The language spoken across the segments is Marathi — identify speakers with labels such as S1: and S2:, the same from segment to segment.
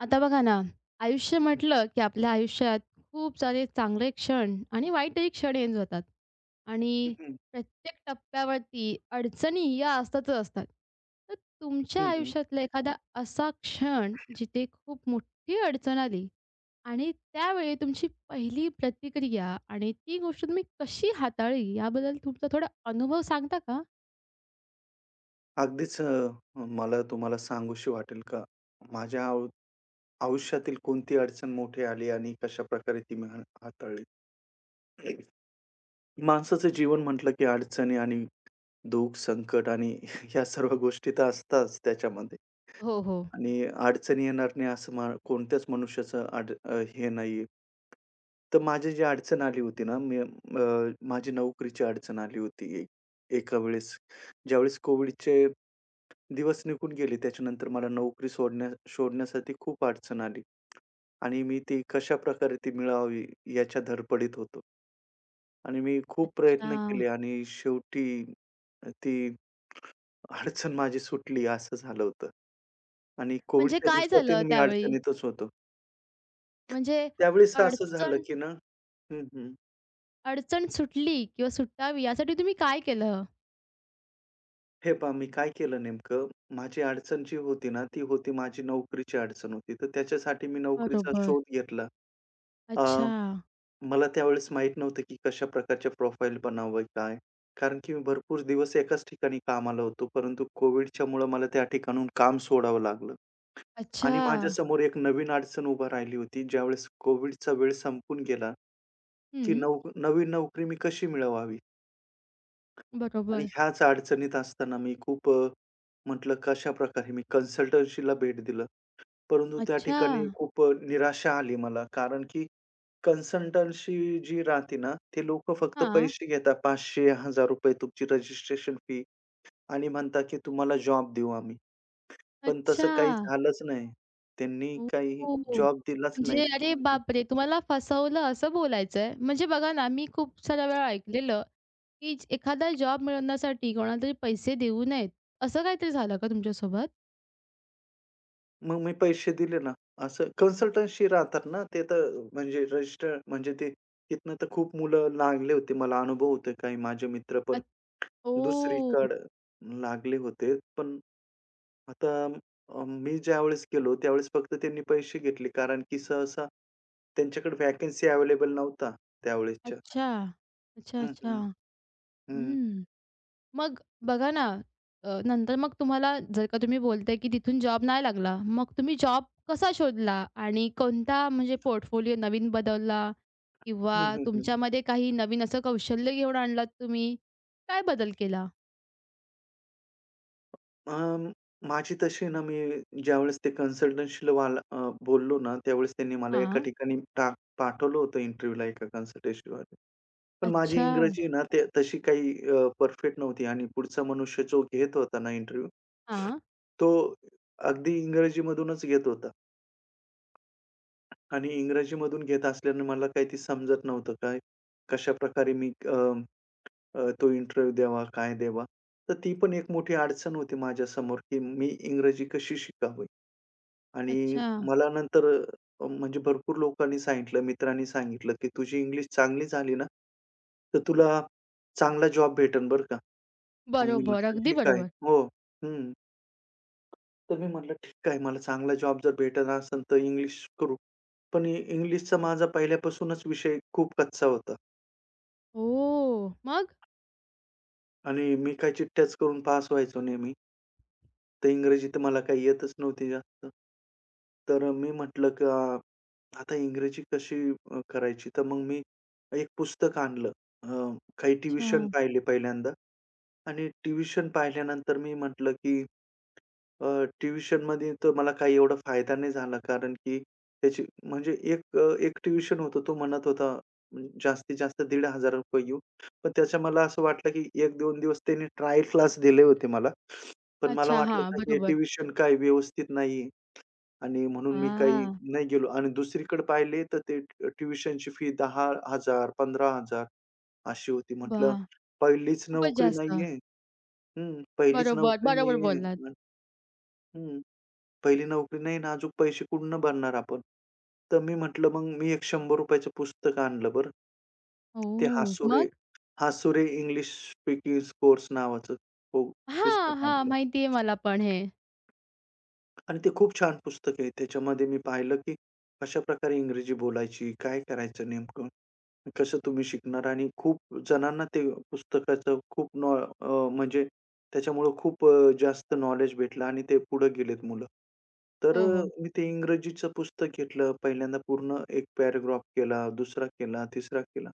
S1: आता बघा ना, आयुष्य म्हटलं, की आपल्या आयुष्यात खूप सारे चांगले क्षण आणि वाईटही क्षण येऊन जातात
S2: हं,
S1: आणि
S2: हं.
S1: प्रत्येक टप्प्यावरती अडचणी या असतातच असतात. तर तुमच्या
S2: हं, हं.
S1: आयुष्यातला एखादा असा क्षण जिथे खूप मोठी अडचण आली आणि त्यावेळी तुमची पहिली प्रतिक्रिया आणि ती गोष्ट तुम्ही कशी हाताळली याबद्दल तुमचा थोडा अनुभव सांगता का?
S2: अगदीच अ, मला तुम्हाला सांगूशी वाटेल का? माझ्या आयुष्यातील कोणती अडचण मोठी आली आणि कशाप्रकारे ती मी हाताळली. माणसाचं जीवन म्हटलं की अडचणी आणि दुःख, संकट आणि ह्या सर्व गोष्टी तर असतात त्याच्यामध्ये.
S1: हो, हो.
S2: आणि अडचणी येणार नाही असं कोणत्याच मनुष्याचं हे नाहीये. तर माझी जी अडचण आली होती ना, माझी नोकरीची अडचण आली होती एका वेळेस. ज्यावेळेस कोविडचे दिवस निघून गेले त्याच्यानंतर मला नोकरी सोडण्या शोधण्यासाठी खूप अडचण आली. आणि मी ती कशाप्रकारे ती मिळावी याच्या धडपडीत होतो. आणि मी खूप
S1: अच्छा.
S2: प्रयत्न केले आणि शेवटी ती अडचण माझी सुटली असं झालं होतं. आणि
S1: म्हणजे
S2: कोविडच्या
S1: काय
S2: दिवसातही
S1: झालं
S2: मी
S1: त्यावेळी?
S2: अडचणीतच होतो.
S1: म्हणजे
S2: त्यावेळेस असं झालं,
S1: अडचण
S2: की ना. हं, हं.
S1: अडचण सुटली किंवा सुटावी यासाठी तुम्ही काय केलं?
S2: हे पहा मी काय केलं नेमकं, माझी अडचण जी होती ना, ती होती माझी नोकरीची अडचण होती. तर त्याच्यासाठी मी नोकरीचा
S1: बरोबर.
S2: शोध घेतला. अ
S1: अच्छा,
S2: मला त्यावेळेस माहीत नव्हतं, की कशा प्रकारच्या प्रोफाइल बनावं काय? कारण की मी भरपूर दिवस एकाच ठिकाणी कामाला होतो. परंतु कोव्हिडच्यामुळं मला त्या ठिकाणाहून काम सोडावं लागलं आणि
S1: अच्छा.
S2: माझ्यासमोर एक नवीन अडचण उभा राहिली होती. ज्यावेळेस कोव्हिडचा वेळ संपून गेला, की
S1: हं.
S2: नवीन नोकरी मी कशी मिळवावी? आणि
S1: बरोबर.
S2: ह्याच अडचणीत असताना म्हटलं कशाप्रकारे मी कन्सल्टन्सीला भेट दिलं. परंतु त्या
S1: अच्छा.
S2: ठिकाणी खूप निराशा आली मला. कारण की कन्सल्टन्सी जी राहते ना, ते लोकं फक्त
S1: हां.
S2: पैसे घेतात ₹500-1000 तुमची रजिस्ट्रेशन फी आणि म्हणतात की तुम्हाला जॉब देऊ आम्ही. पण तसं
S1: अच्छा.
S2: काही झालंच नाही. त्यांनी काही
S1: ओह!
S2: जॉब दिलाच नाही.
S1: म्हणजे अरे बापरे! तुम्हाला फसवलं असं बोलायचंय. म्हणजे बघा ना, मी खूप साऱ्या वेळा ऐकलेलं, की एखादा जॉब मिळवण्यासाठी कोणालातरी पैसे देऊ नयेत. असं काहीतरी झालं का तुमच्यासोबत?
S2: मग मी पैसे दिले ना, असं कन्सल्टन्सी राहतात ना, ते तर म्हणजे रजिस्टर म्हणजे ते तिथनं तर खूप मुलं लागले होते. मला अनुभव होते काही माझे मित्र
S1: अ
S2: पण
S1: ओह!
S2: दुसरीकडे लागले होते. पण आता मी ज्यावेळेस गेलो, त्यावेळेस फक्त त्यांनी पैसे घेतले, कारण की सहसा त्यांच्याकडे व्हॅकन्सी अवेलेबल नव्हता त्यावेळेसच्या.
S1: अच्छा. अच्छा,
S2: हं,
S1: अच्छा.
S2: हं. हं.
S1: हं. मग बघा ना, नंतर मग तुम्हाला जर का तुम्ही बोलताय, की तिथून जॉब नाही लागला, मग तुम्ही जॉब कसा शोधला? आणि कोणता म्हणजे पोर्टफोलिओ नवीन बदलला किंवा
S2: हं, हं, हं.
S1: तुमच्यामध्ये काही नवीन असं कौशल्य घेऊन आणलात तुम्ही? काय बदल केला?
S2: अं, माझी तशी ना, मी ज्यावेळेस ते कन्सल्टन्सीला वाला बोललो ना, त्यावेळेस त्यांनी मला एका
S1: हां.
S2: ठिकाणी पाठवलं होतं इंटरव्ह्यूला एका कन्सल्टन्सीवाले. पण माझी
S1: अच्छा.
S2: इंग्रजी ना, ते तशी काही परफेक्ट नव्हती आणि पुढचा मनुष्य जो घेत होता ना इंटरव्ह्यू,
S1: हां.
S2: तो अगदी इंग्रजीमधूनच घेत होता. आणि इंग्रजीमधून घेत असल्याने मला काही ते समजत नव्हतं काय, कशाप्रकारे मी अ, अ, तो इंटरव्ह्यू द्यावा, काय द्यावा? तर ती पण एक मोठी अडचण होती माझ्यासमोर, की मी इंग्रजी कशी शिकावी? आणि
S1: अच्छा.
S2: मला नंतर म्हणजे भरपूर लोकांनी सांगितलं, मित्रांनी सांगितलं, की "तुझी इंग्लिश चांगली झाली ना, तर तुला चांगला जॉब भेटेल बरं का." मग मी
S1: बरोबर.
S2: म्हटलं,
S1: अगदी
S2: "ठीक आहे."
S1: बरोबर.
S2: हो. हं. तर मी म्हटलं, "ठीक आहे, मला चांगला जॉब जर भेटत असेल तर इंग्लिश करू." पण इंग्लिशचा माझा पहिल्यापासूनच विषय खूप कच्चा होता
S1: ओह! मग?
S2: आणि मी काही चिठ्ठ्याच करून पास व्हायचो नेहमी. तर इंग्रजी तर मला काही येतच नव्हती जास्त. तर मी म्हटलं, की आता इंग्रजी कशी करायची? तर मग मी एक पुस्तक आणलं. अ, काही
S1: अच्छा.
S2: ट्युशन पाहिले पहिल्यांदा आणि ट्युशन पाहिल्यानंतर मी म्हटलं, की ट्युशनमध्ये तर मला काही एवढा फायदा नाही झाला कारण की त्याची म्हणजे एक ट्युशन होतं. तो म्हणत होता जास्तीत जास्त ₹1,500 येऊ. पण त्याच्या मला असं वाटलं की 1-2 दिवस त्याने ट्रायल क्लास दिले होते मला. पण मला
S1: अच्छा.
S2: वाटलं
S1: हां.
S2: का हे
S1: बरोबर.
S2: ट्युशन काय व्यवस्थित नाही आणि म्हणून मी काही
S1: हां.
S2: नाही गेलो आणि दुसरीकडे पाहिले तर ते ट्युशनची फी 10,000 15,000 अशी होती. म्हटलं
S1: वाह!
S2: पहिलीच
S1: खूपच
S2: नोकरी
S1: जास्त.
S2: नाहीये. हं, पहिलीच
S1: बरोबर,
S2: नोकरी
S1: बरोबर बोललात.
S2: नाहीये. हं. पहिली नोकरी नाही ना, अजून पैसे कुठून भरणार आपण? तर मी म्हटलं, "मग मी एक ₹100 चं पुस्तक आणलं बरं." ते
S1: हो.
S2: हासुरे
S1: मग?
S2: हासुरे इंग्लिश स्पीकिंग कोर्स नावाचं पु
S1: हां,
S2: पुस्तक
S1: हां.
S2: आणलं
S1: माहिती आहे मला पण हे.
S2: आणि ते खूप छान पुस्तक आहे. त्याच्यामध्ये मी पाहिलं, की कशाप्रकारे इंग्रजी बोलायची, काय करायचं नेमकं? कसं तुम्ही शिकणार आणि खूप जणांना ते पुस्तकाचं अ, म्हणजे त्याच्यामुळं जास्त नॉलेज भेटलं आणि ते पुढे गेलेत मुलं. तर
S1: हो,
S2: अ,
S1: हो.
S2: मी ते इंग्रजीचं पुस्तक घेतलं. पहिल्यांदा पूर्ण एक पॅराग्राफ केला, दुसरा केला, तिसरा केला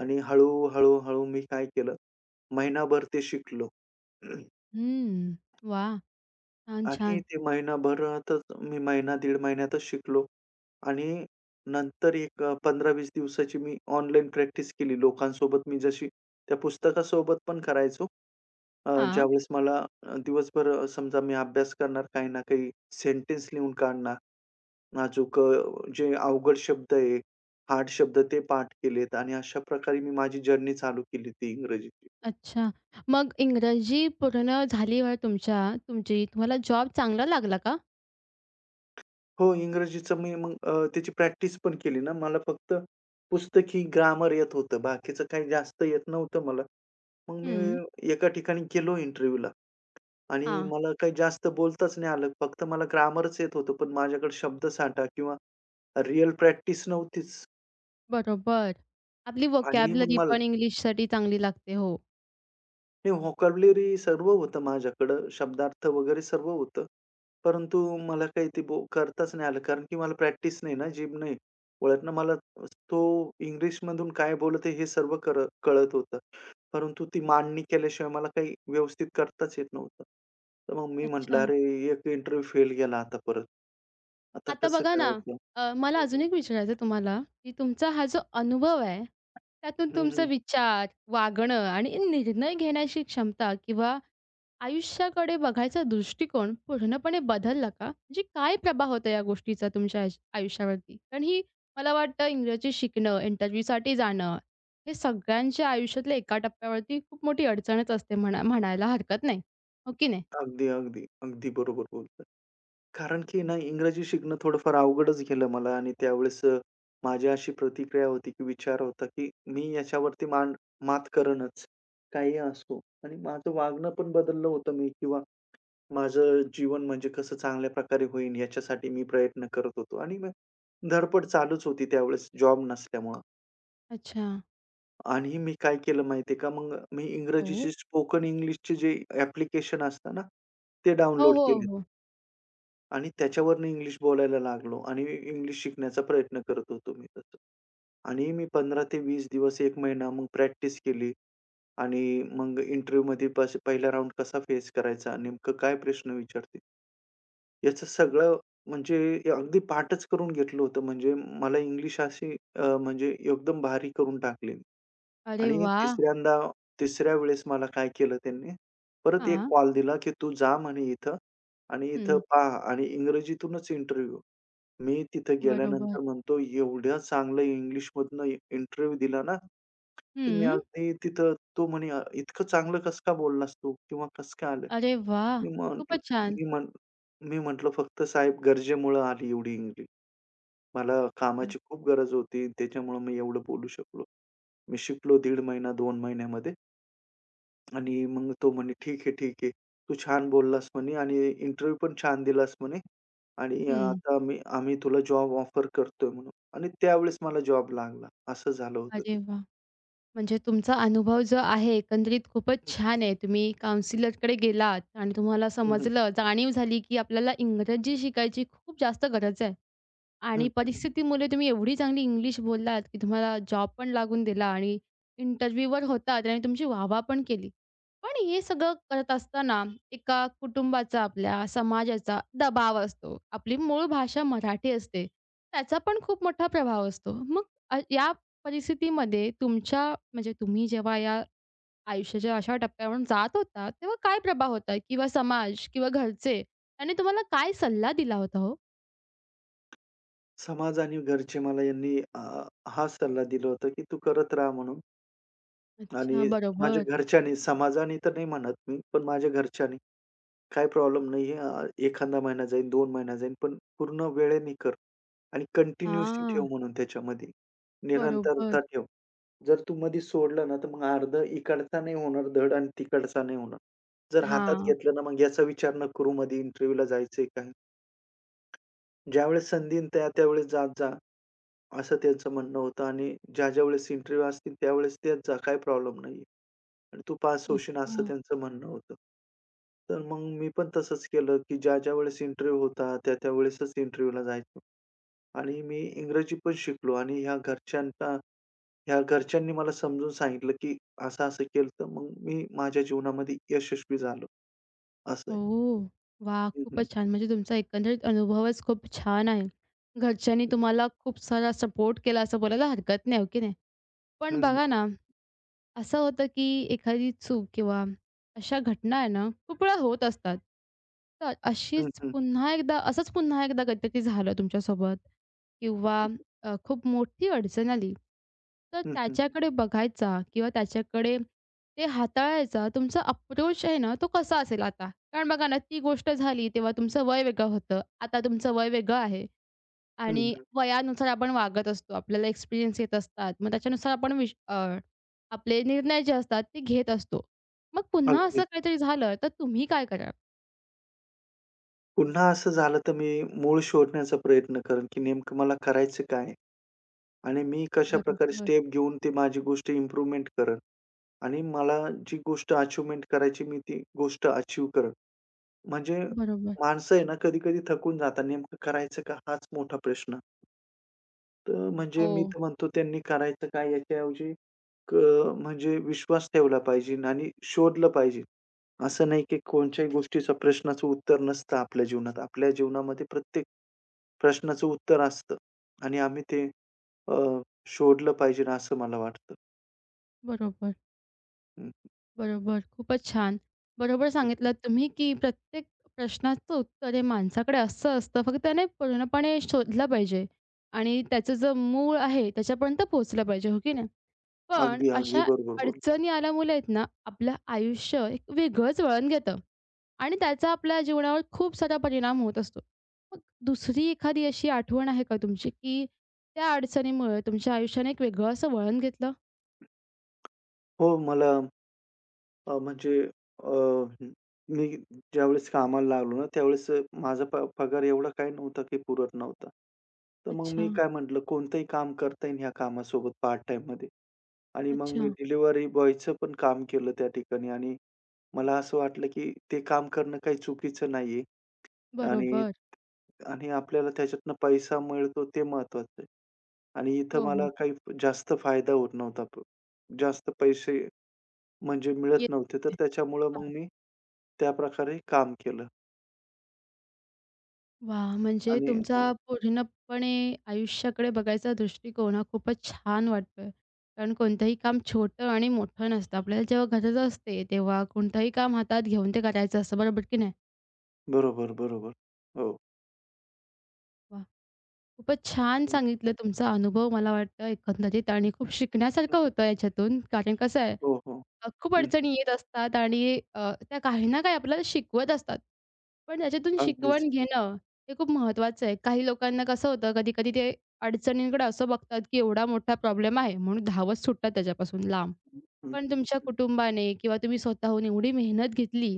S2: आणि हळू, हळू, हळू मी काय केलं, महिनाभर ते शिकलो.
S1: हं. वाह! छान,
S2: आणि
S1: छान.
S2: ते महिनाभरातच मी महिना, दीड महिन्यातच शिकलो आणि नंतर 15-20 दिवसाची मी ऑनलाईन प्रॅक्टिस केली लोकांसोबत. मी जशी त्या पुस्तकासोबत पण करायचो.
S1: हां.
S2: ज्यावेळेस मला दिवसभर समजा मी अभ्यास करणार, काही ना काही सेंटेन्स लिहून काढणार, नाजूक अ, जे अवघड शब्द आहे, हार्ड शब्द ते पाठ केलेत आणि अशा प्रकारे मी माझी जर्नी चालू केली होती इंग्रजीची.
S1: अच्छा. मग इंग्रजी पूर्ण झालीवर तुमच्या तुमची तुम्हाला जॉब चांगला लागला का?
S2: हो, इंग्रजीचं मी मग त्याची प्रॅक्टिस पण केली ना. मला फक्त पुस्तकी ग्रामर येत होतं. बाकीचं काही जास्त येत नव्हतं मला. मग मी
S1: हं.
S2: एका ठिकाणी गेलो इंटरव्ह्यूला आणि
S1: हां.
S2: मला काही जास्त बोलताच नाही आलं. फक्त मला ग्रामरच येत होतं, पण माझ्याकडे शब्दसाठा किंवा रिअल प्रॅक्टिस नव्हतीच
S1: बरोबर. आपली
S2: आणि मग
S1: व्होकॅब्युलरी
S2: मला
S1: पण इंग्लिशसाठी चांगली लागते. हो.
S2: नाही, व्होकॅब्युलरी सर्व होतं माझ्याकडं. शब्दार्थ वगैरे सर्व होतं. परंतु मला काही ते बो करताच नाही आलं. कारण की मला प्रॅक्टिस नाही ना, जिम नाही. वळतनं मला तो इंग्लिशमधून काय बोलत आहे हे सर्व कर कळत होतं. परंतु ती मांडणी केल्याशिवाय मला काही व्यवस्थित करताच येत नव्हतं. तर मग मी म्हटलं,
S1: अच्छा.
S2: "अरे, एक इंटरव्ह्यू फेल गेला आता परत. आता
S1: आता
S2: कसं
S1: बघा ना,
S2: करायचं?"
S1: मला
S2: हं,
S1: अजून
S2: हं.
S1: एक विचारायचं आहे तुम्हाला, की तुमचा हा जो अनुभव आहे, त्यातून
S2: हं,
S1: तुमचा
S2: हं.
S1: विचार, वागणं आणि निर्णय घेण्याची क्षमता किंवा आयुष्याकडे बघायचा दृष्टिकोन पूर्णपणे बदलला का? म्हणजे काय प्रभाव होता या गोष्टीचा तुमच्या आयुष्यावरती? कारण ही मला वाटतं इंग्रजी शिकणं, इंटरव्ह्यूसाठी जाणं, हे सगळ्यांच्या आयुष्यातल्या एका टप्प्यावरती खूप मोठी अडचणच असते म्हणा म्हणायला हरकत नाही. हो की नाही?
S2: अगदी, अगदी. अगदी बरोबर बोलताय. कारण की ना, इंग्रजी शिकणं थोडंफार अवघडच गेलं मला आणि त्यावेळेस माझी अशी प्रतिक्रिया होती, की विचार होता, की मी याच्यावरती मात करेनच, काहीही असो. आणि माझं वागणं पण बदललं होतं मी किंवा माझं जीवन म्हणजे कसं चांगल्या प्रकारे होईल याच्यासाठी मी प्रयत्न करत होतो आणि मग धडपड चालूच होती त्यावेळेस जॉब नसल्यामुळं.
S1: अच्छा.
S2: आणि मी काय केलं माहिती का, मग मी इंग्रजीची
S1: हो.
S2: स्पोकन इंग्लिशचे जे ॲप्लिकेशन असतं ना, ते
S1: हो,
S2: डाउनलोड
S1: हो,
S2: केले.
S1: हो.
S2: आणि त्याच्यावरनं इंग्लिश बोलायला लागलो आणि इंग्लिश शिकण्याचा प्रयत्न करत होतो मी तसं. आणि मी 15 ते 20 दिवस एक महिना मग प्रॅक्टिस केली आणि मग इंटरव्ह्यूमध्ये पहिला राउंड कसा फेस करायचा, नेमकं काय प्रश्न विचारतील याचं सगळं म्हणजे अगदी पाठच करून घेतलं होतं. म्हणजे मला इंग्लिश अशी म्हणजे एकदम भारी करून टाकलेली.
S1: अरे
S2: आणि
S1: वाह!
S2: तिसऱ्या वेळेस मला काय केलं त्यांनी, परत एक
S1: हां.
S2: कॉल दिला, की "तू जा म्हणे इथं आणि इथं
S1: हं,
S2: पहा" आणि इंग्रजीतूनच इंटरव्ह्यू. मी तिथं
S1: बरोबर.
S2: गेल्यानंतर म्हणतो एवढ्या चांगलं इंग्लिशमधनं इंटरव्ह्यू दिला ना, तर मी
S1: हं.
S2: अगदी तिथं तो म्हणे "इतकं चांगलं कसं काय बोललास तू?" किंवा "कसं काय आलं?"
S1: अरे वाह!
S2: मी म्हटलं
S1: खूपच छान.
S2: मी म्हण मी म्हटलं, "फक्त साहेब गरजेमुळं आली एवढी इंग्लिश. मला
S1: हं.
S2: कामाची खूप गरज होती. त्याच्यामुळं मी एवढं बोलू शकलो. मी शिकलो 1.5 महिना, 2 महिन्यामध्ये." आणि मग तो म्हणे, "ठीक आहे, ठीक आहे. तू छान बोललास" म्हणे "आणि इंटरव्ह्यू पण छान दिलास" म्हणे "आणि आता आम्ही आम्ही तुला जॉब ऑफर करतोय" म्हणून. आणि त्यावेळेस मला जॉब लागला. असं झालं होतं ते.
S1: अरे वाह! म्हणजे तुमचा अनुभव जो आहे एकंदरीत खूपच हं. छान आहे. तुम्ही काउन्सिलरकडे गेलात आणि तुम्हाला
S2: हं, हं.
S1: समजलं, जाणीव झाली, की आपल्याला इंग्रजी शिकायची खूप जास्त गरज आहे.
S2: हं,
S1: आणि
S2: हं.
S1: परिस्थितीमुळे तुम्ही एवढी चांगली इंग्लिश बोललात, की तुम्हाला जॉब पण लागून दिला आणि इंटरव्ह्यूवर होतात आणि तुमची वाह पण केली. पण हे सगळं करत असताना एका कुटुंबाचा, आपल्या समाजाचा दबाव असतो. आपली मूळ भाषा मराठी असते. त्याचा पण खूप मोठा प्रभाव असतो. मग या परिस्थितीमध्ये तुमच्या म्हणजे तुम्ही जेव्हा या आयुष्याच्या अशा टप्प्यावरून जात होता, तेव्हा काय प्रभाव होता किंवा समाज किंवा घरचे यांनी तुम्हाला काय सल्ला दिला होता हो?
S2: समाज आणि घरचे मला यांनी हाच सल्ला दिला होता, की "तू करत राहा" म्हणून.
S1: अच्छा,
S2: आणि माझ्या
S1: बरोबर.
S2: घरच्यांनी, समाजाने तर नाही म्हणत मी, पण माझ्या घरच्यांनी, "काही प्रॉब्लेम नाही आहे. एखादा महिना जाईल, 2 महिना जाईल, पण पूर्ण वेळेने कर आणि कंटिन्यूअसली ठेव
S1: हां,
S2: म्हणून त्याच्यामध्ये.
S1: बरोबर.
S2: निरंतरता ठेव. जर तू मध्ये सोडलं ना, तर मग अर्धं इकडचा नाही होणार धड आणि तिकडचा नाही होणार. जर हातात
S1: हां.
S2: घेतलं ना, मग याचा विचार न करू मध्ये इंटरव्ह्यूला जायचंय काय? ज्यावेळेस संधी येईल त्यावेळेस जात जा." असं त्यांचं म्हणणं होतं आणि ज्या-ज्यावेळेस इंटरव्ह्यू असतील त्यावेळेस देत जा. काही प्रॉब्लेम नाहीये. आणि तू पास होशील असं
S1: अच्छा.
S2: त्यांचं म्हणणं होतं. तर मग मी पण तसंच केलं, की ज्या-ज्या वेळेस इंटरव्ह्यू होता, त्या-त्या वेळेसच इंटरव्ह्यूला जायचो. आणि मी इंग्रजी पण शिकलो आणि ह्या घरच्यांनी मला समजून सांगितलं, की असं-असं केलं तर मग मी माझ्या जीवनामध्ये यशस्वी झालो, असं आहे.
S1: ओह! वाह!
S2: हं, हं.
S1: खूपच छान. म्हणजे तुमचा एकंदरीत अनुभवच खूप छान आहे. घरच्यांनी
S2: हं,
S1: तुम्हाला खूप सारा सपोर्ट केला असं बोलायला हरकत नाही, हो की नाही? पण
S2: हं.
S1: बघा ना असं होतं की एखादी चूक किंवा अशा घटना आहे ना, खूप वेळा होत असतात. तर
S2: हं,
S1: अशीच
S2: हं.
S1: पुन्हा एकदा असंच पुन्हा एकदा कधीतरी झालं तुमच्यासोबत किंवा खूप मोठी अडचण आली, तर
S2: हं,
S1: त्याच्याकडे बघायचा किंवा त्याच्याकडे ते हाताळायचा तुमचा अप्रोच आहे ना, तो कसा असेल आता? कारण बघा ना, ती गोष्ट झाली तेव्हा तुमचं वय वेगळं होतं. आता तुमचं वय वेगळं आहे. आणि वयानुसार आपण वागत असतो. आपल्याला एक्सपिरियन्स येत असतात. मग त्याच्यानुसार आपण आपले निर्णय जे असतात ते घेत असतो. मग पुन्हा
S2: अगदी.
S1: असं काहीतरी झालं तर तुम्ही काय कराल?
S2: पुन्हा असं झालं तर मी मूळ शोधण्याचा प्रयत्न करेन, की नेमकं मला करायचं काय? आणि मी कशाप्रकारे
S1: बरोबर.
S2: स्टेप घेऊन ती माझी गोष्ट इम्प्रूव्हमेंट करेन आणि मला जी गोष्ट अचिव्हमेंट करायची मी ती गोष्ट अचीव्ह करेन. म्हणजे
S1: बरोबर.
S2: माणसं आहे ना, कधी-कधी थकून जातात. नेमकं करायचं का हाच मोठा प्रश्न. तर म्हणजे
S1: हो.
S2: मी तर म्हणतो त्यांनी करायचं काय याच्याऐवजी क म्हणजे विश्वास ठेवला पाहिजे आणि शोधलं पाहिजे. असं नाही की कोणत्याही गोष्टीचा प्रश्नाचं उत्तर नसतं आपल्या जीवनात. आपल्या जीवनामध्ये प्रत्येक प्रश्नाचं उत्तर असतं आणि आम्ही ते अ, शोधलं पाहिजे असं मला वाटतं.
S1: बरोबर.
S2: हं,
S1: बरोबर. खूपच छान. बरोबर
S2: हं, हं.
S1: सांगितलात तुम्ही, की प्रत्येक प्रश्नाचं उत्तर हे माणसाकडे असं असतं, फक्त त्याने पूर्णपणे शोधलं पाहिजे आणि त्याचं जे मूळ आहे त्याच्यापर्यंत पोहोचलं पाहिजे, हो की नाही? पण
S2: अगदी, अगदी
S1: अशा
S2: बरोबर बोलला.
S1: अडचणी आल्यामुळे आहेत ना, आपलं आयुष्य एक वेगळंच वळण घेतं आणि त्याचा आपल्या जीवनावर खूप सारा परिणाम होत असतो. मग दुसरी एखादी अशी आठवण आहे का तुमची, की त्या अडचणीमुळे तुमच्या आयुष्याने एक वेगळं असं वळण घेतलं?
S2: हो मला अ, म्हणजे अ, मी ज्यावेळेस कामाला लागलो ना, त्यावेळेस माझा पगार एवढा काही नव्हता की पुरत नव्हता. तर मग
S1: अच्छा,
S2: मी काय म्हटलं, कोणतंही काम करता येईल ह्या कामासोबत पार्ट टाईममध्ये आणि मग मी
S1: अच्छा.
S2: डिलिव्हरी बॉयचं पण काम केलं त्या ठिकाणी आणि मला असं वाटलं की ते काम करणं काही चुकीचं नाहीये आणि
S1: बरोबर.
S2: आणि आपल्याला त्याच्यातनं पैसा मिळतो ते महत्वाचं आहे आणि इथं
S1: हो,
S2: मला
S1: हो.
S2: काही जास्त फायदा होत नव्हता. जास्त पैसे म्हणजे मिळत नव्हते. तर
S1: येते.
S2: त्याच्यामुळं मग
S1: हां.
S2: मी त्या प्रकारे काम केलं
S1: वाह! म्हणजे
S2: आणि
S1: तुमचा
S2: हो.
S1: पूर्णपणे आयुष्याकडे बघायचा दृष्टिकोन हा खूपच छान वाटतोय. कारण कोणतंही काम छोटं आणि मोठं नसतं. आपल्याला जेव्हा गरज असते, तेव्हा कोणतंही काम हातात घेऊन ते करायचं असतं, बरोबर की नाही?
S2: बरोबर, बरोबर. हो.
S1: वाह! खूपच छान
S2: हं,
S1: सांगितलं तुमचा अनुभव मला वाटतं एकंदरीत आणि खूप
S2: हं.
S1: शिकण्यासारखं होतं याच्यातून. कारण कसं आहे
S2: हो, हो.
S1: खूप
S2: हं, हं.
S1: अडचणी येत असतात आणि त्या काही ना काही आपल्याला शिकवत असतात. पण त्याच्यातून
S2: अगदीच.
S1: शिकवण घेणं हे खूप महत्त्वाचं आहे. काही लोकांना कसं होतं कधी-कधी ते अडचणींकडे असं बघतात, की एवढा मोठा प्रॉब्लेम आहे म्हणून धावत सुटतात त्याच्यापासून लांब.
S2: हं,
S1: पण
S2: हं.
S1: तुमच्या कुटुंबाने किंवा तुम्ही स्वतःहून एवढी मेहनत घेतली,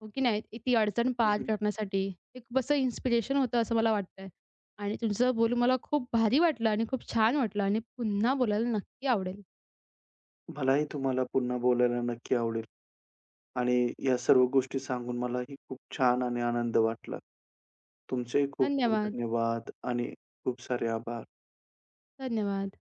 S1: हो की नाही? ती अडचण
S2: हं,
S1: पार
S2: हं.
S1: करण्यासाठी हे खूप असं इन्स्पिरेशन होतं असं मला वाटतंय. आणि तुमचं बोलून मला खूप भारी वाटलं आणि खूप छान वाटलं आणि पुन्हा बोलायला नक्की आवडेल.
S2: मलाही तुम्हाला पुन्हा बोलायला नक्की आवडेल आणि या सर्व गोष्टी सांगून मलाही खूप छान आणि आनंद वाटला. तुमचेही खूप खूप
S1: धन्यवाद,
S2: धन्यवाद आणि खूप सारे आभार.
S1: धन्यवाद.